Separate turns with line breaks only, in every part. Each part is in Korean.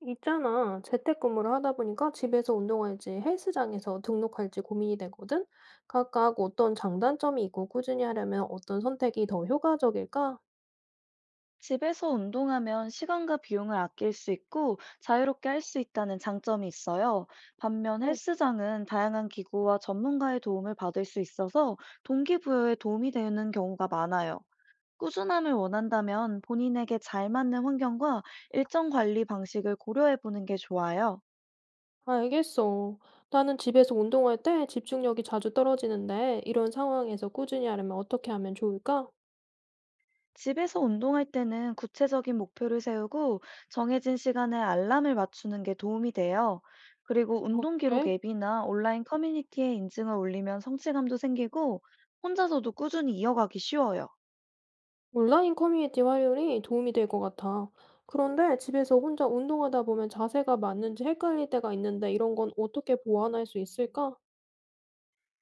있잖아. 재택근무를 하다 보니까 집에서 운동할지 헬스장에서 등록할지 고민이 되거든. 각각 어떤 장단점이 있고 꾸준히 하려면 어떤 선택이 더 효과적일까?
집에서 운동하면 시간과 비용을 아낄 수 있고 자유롭게 할 수 있다는 장점이 있어요. 반면
네.
헬스장은 다양한 기구와 전문가의 도움을 받을 수 있어서 동기부여에 도움이 되는 경우가 많아요. 꾸준함을 원한다면 본인에게 잘 맞는 환경과 일정 관리 방식을 고려해 보는 게 좋아요.
알겠어. 나는 집에서 운동할 때 집중력이 자주 떨어지는데 이런 상황에서 꾸준히 하려면 어떻게 하면 좋을까?
집에서 운동할 때는 구체적인 목표를 세우고 정해진 시간에 알람을 맞추는 게 도움이 돼요. 그리고
어,
운동 기록
그래?
앱이나 온라인 커뮤니티에 인증을 올리면 성취감도 생기고 혼자서도 꾸준히 이어가기 쉬워요.
온라인 커뮤니티 활용이 도움이 될 것 같아. 그런데 집에서 혼자 운동하다 보면 자세가 맞는지 헷갈릴 때가 있는데 이런 건 어떻게 보완할 수 있을까?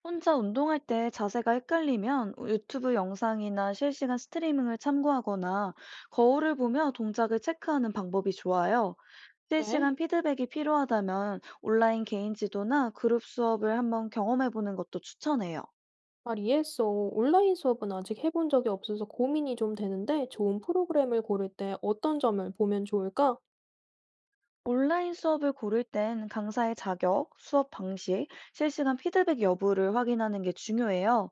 혼자 운동할 때 자세가 헷갈리면 유튜브 영상이나 실시간 스트리밍을 참고하거나 거울을 보며 동작을 체크하는 방법이 좋아요.
네.
실시간 피드백이 필요하다면 온라인 개인 지도나 그룹 수업을 한번 경험해 보는 것도 추천해요.
잘 이해했어. 온라인 수업은 아직 해본 적이 없어서 고민이 좀 되는데 좋은 프로그램을 고를 때 어떤 점을 보면 좋을까?
온라인 수업을 고를 땐 강사의 자격, 수업 방식, 실시간 피드백 여부를 확인하는 게 중요해요.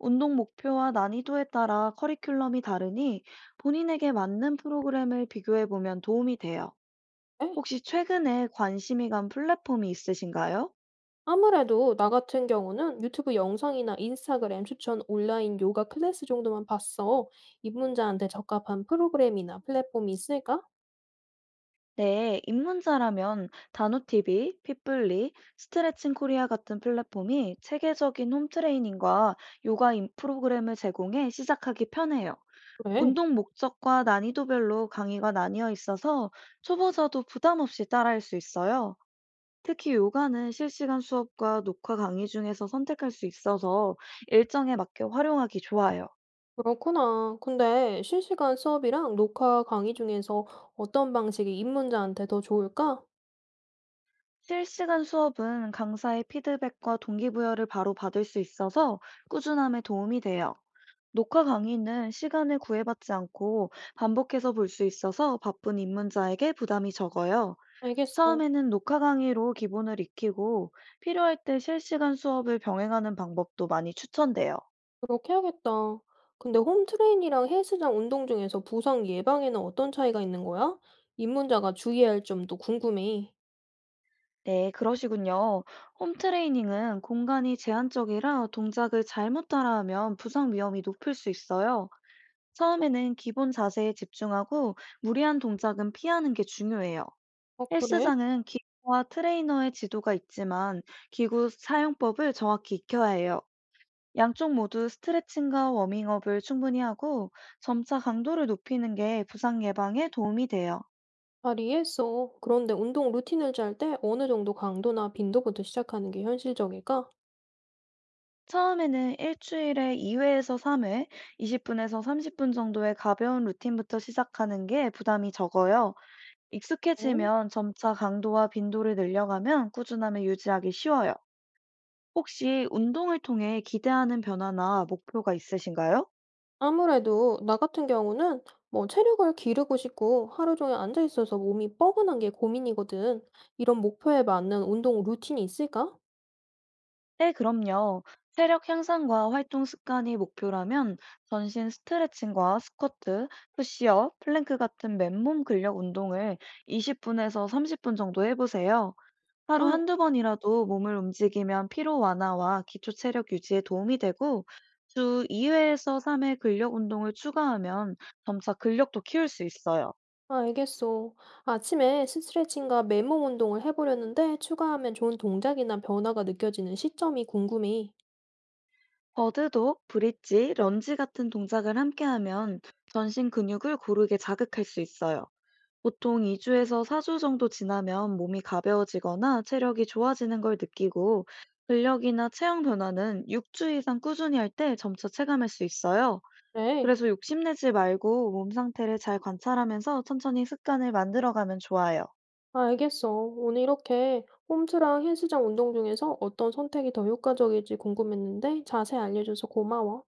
운동 목표와 난이도에 따라 커리큘럼이 다르니 본인에게 맞는 프로그램을 비교해 보면 도움이 돼요.
에?
혹시 최근에 관심이 간 플랫폼이 있으신가요?
아무래도 나 같은 경우는 유튜브 영상이나 인스타그램 추천 온라인 요가 클래스 정도만 봤어. 입문자한테 적합한 프로그램이나 플랫폼이 있을까?
네, 입문자라면 단호티비 핏블리, 스트레칭 코리아 같은 플랫폼이 체계적인 홈트레이닝과 요가 인 프로그램을 제공해 시작하기 편해요.
그래.
운동 목적과 난이도별로 강의가 나뉘어 있어서 초보자도 부담 없이 따라할 수 있어요. 특히 요가는 실시간 수업과 녹화 강의 중에서 선택할 수 있어서 일정에 맞게 활용하기 좋아요.
그렇구나. 근데 실시간 수업이랑 녹화 강의 중에서 어떤 방식이 입문자한테 더 좋을까?
실시간 수업은 강사의 피드백과 동기부여를 바로 받을 수 있어서 꾸준함에 도움이 돼요. 녹화 강의는 시간을 구애받지 않고 반복해서 볼 수 있어서 바쁜 입문자에게 부담이 적어요.
알겠어.
처음에는 녹화 강의로 기본을 익히고 필요할 때 실시간 수업을 병행하는 방법도 많이 추천돼요.
그렇게 해야겠다. 근데 홈트레인이랑 헬스장 운동 중에서 부상 예방에는 어떤 차이가 있는 거야? 입문자가 주의해야 할 점도 궁금해.
네, 그러시군요. 홈 트레이닝은 공간이 제한적이라 동작을 잘못 따라하면 부상 위험이 높을 수 있어요. 처음에는 기본 자세에 집중하고 무리한 동작은 피하는 게 중요해요.
아, 그래?
헬스장은 기구와 트레이너의 지도가 있지만 기구 사용법을 정확히 익혀야 해요. 양쪽 모두 스트레칭과 워밍업을 충분히 하고 점차 강도를 높이는 게 부상 예방에 도움이 돼요.
잘 이해했어. 그런데 운동 루틴을 짤 때 어느 정도 강도나 빈도부터 시작하는 게 현실적일까?
처음에는 일주일에 2회에서 3회, 20분에서 30분 정도의 가벼운 루틴부터 시작하는 게 부담이 적어요.
네.
익숙해지면 점차 강도와 빈도를 늘려가면 꾸준함을 유지하기 쉬워요. 혹시 운동을 통해 기대하는 변화나 목표가 있으신가요?
아무래도 나 같은 경우는 뭐 체력을 기르고 싶고 하루 종일 앉아 있어서 몸이 뻐근한 게 고민이거든. 이런 목표에 맞는 운동 루틴이 있을까?
네, 그럼요. 체력 향상과 활동 습관이 목표라면 전신 스트레칭과 스쿼트, 푸시업, 플랭크 같은 맨몸 근력 운동을 20분에서 30분 정도 해보세요. 하루 한두 번이라도 몸을 움직이면 피로 완화와 기초 체력 유지에 도움이 되고 주 2회에서 3회 근력 운동을 추가하면 점차 근력도 키울 수 있어요.
아, 알겠어. 아침에 스트레칭과 맨몸 운동을 해보려는데 추가하면 좋은 동작이나 변화가 느껴지는 시점이 궁금해.
버드도 브릿지, 런지 같은 동작을 함께하면 전신 근육을 고르게 자극할 수 있어요. 보통 2주에서 4주 정도 지나면 몸이 가벼워지거나 체력이 좋아지는 걸 느끼고 근력이나 체형 변화는 6주 이상 꾸준히 할 때 점차 체감할 수 있어요.
네,
그래서 욕심내지 말고 몸 상태를 잘 관찰하면서 천천히 습관을 만들어가면 좋아요.
아, 알겠어. 오늘 이렇게 홈트랑 헬스장 운동 중에서 어떤 선택이 더 효과적일지 궁금했는데 자세히 알려줘서 고마워.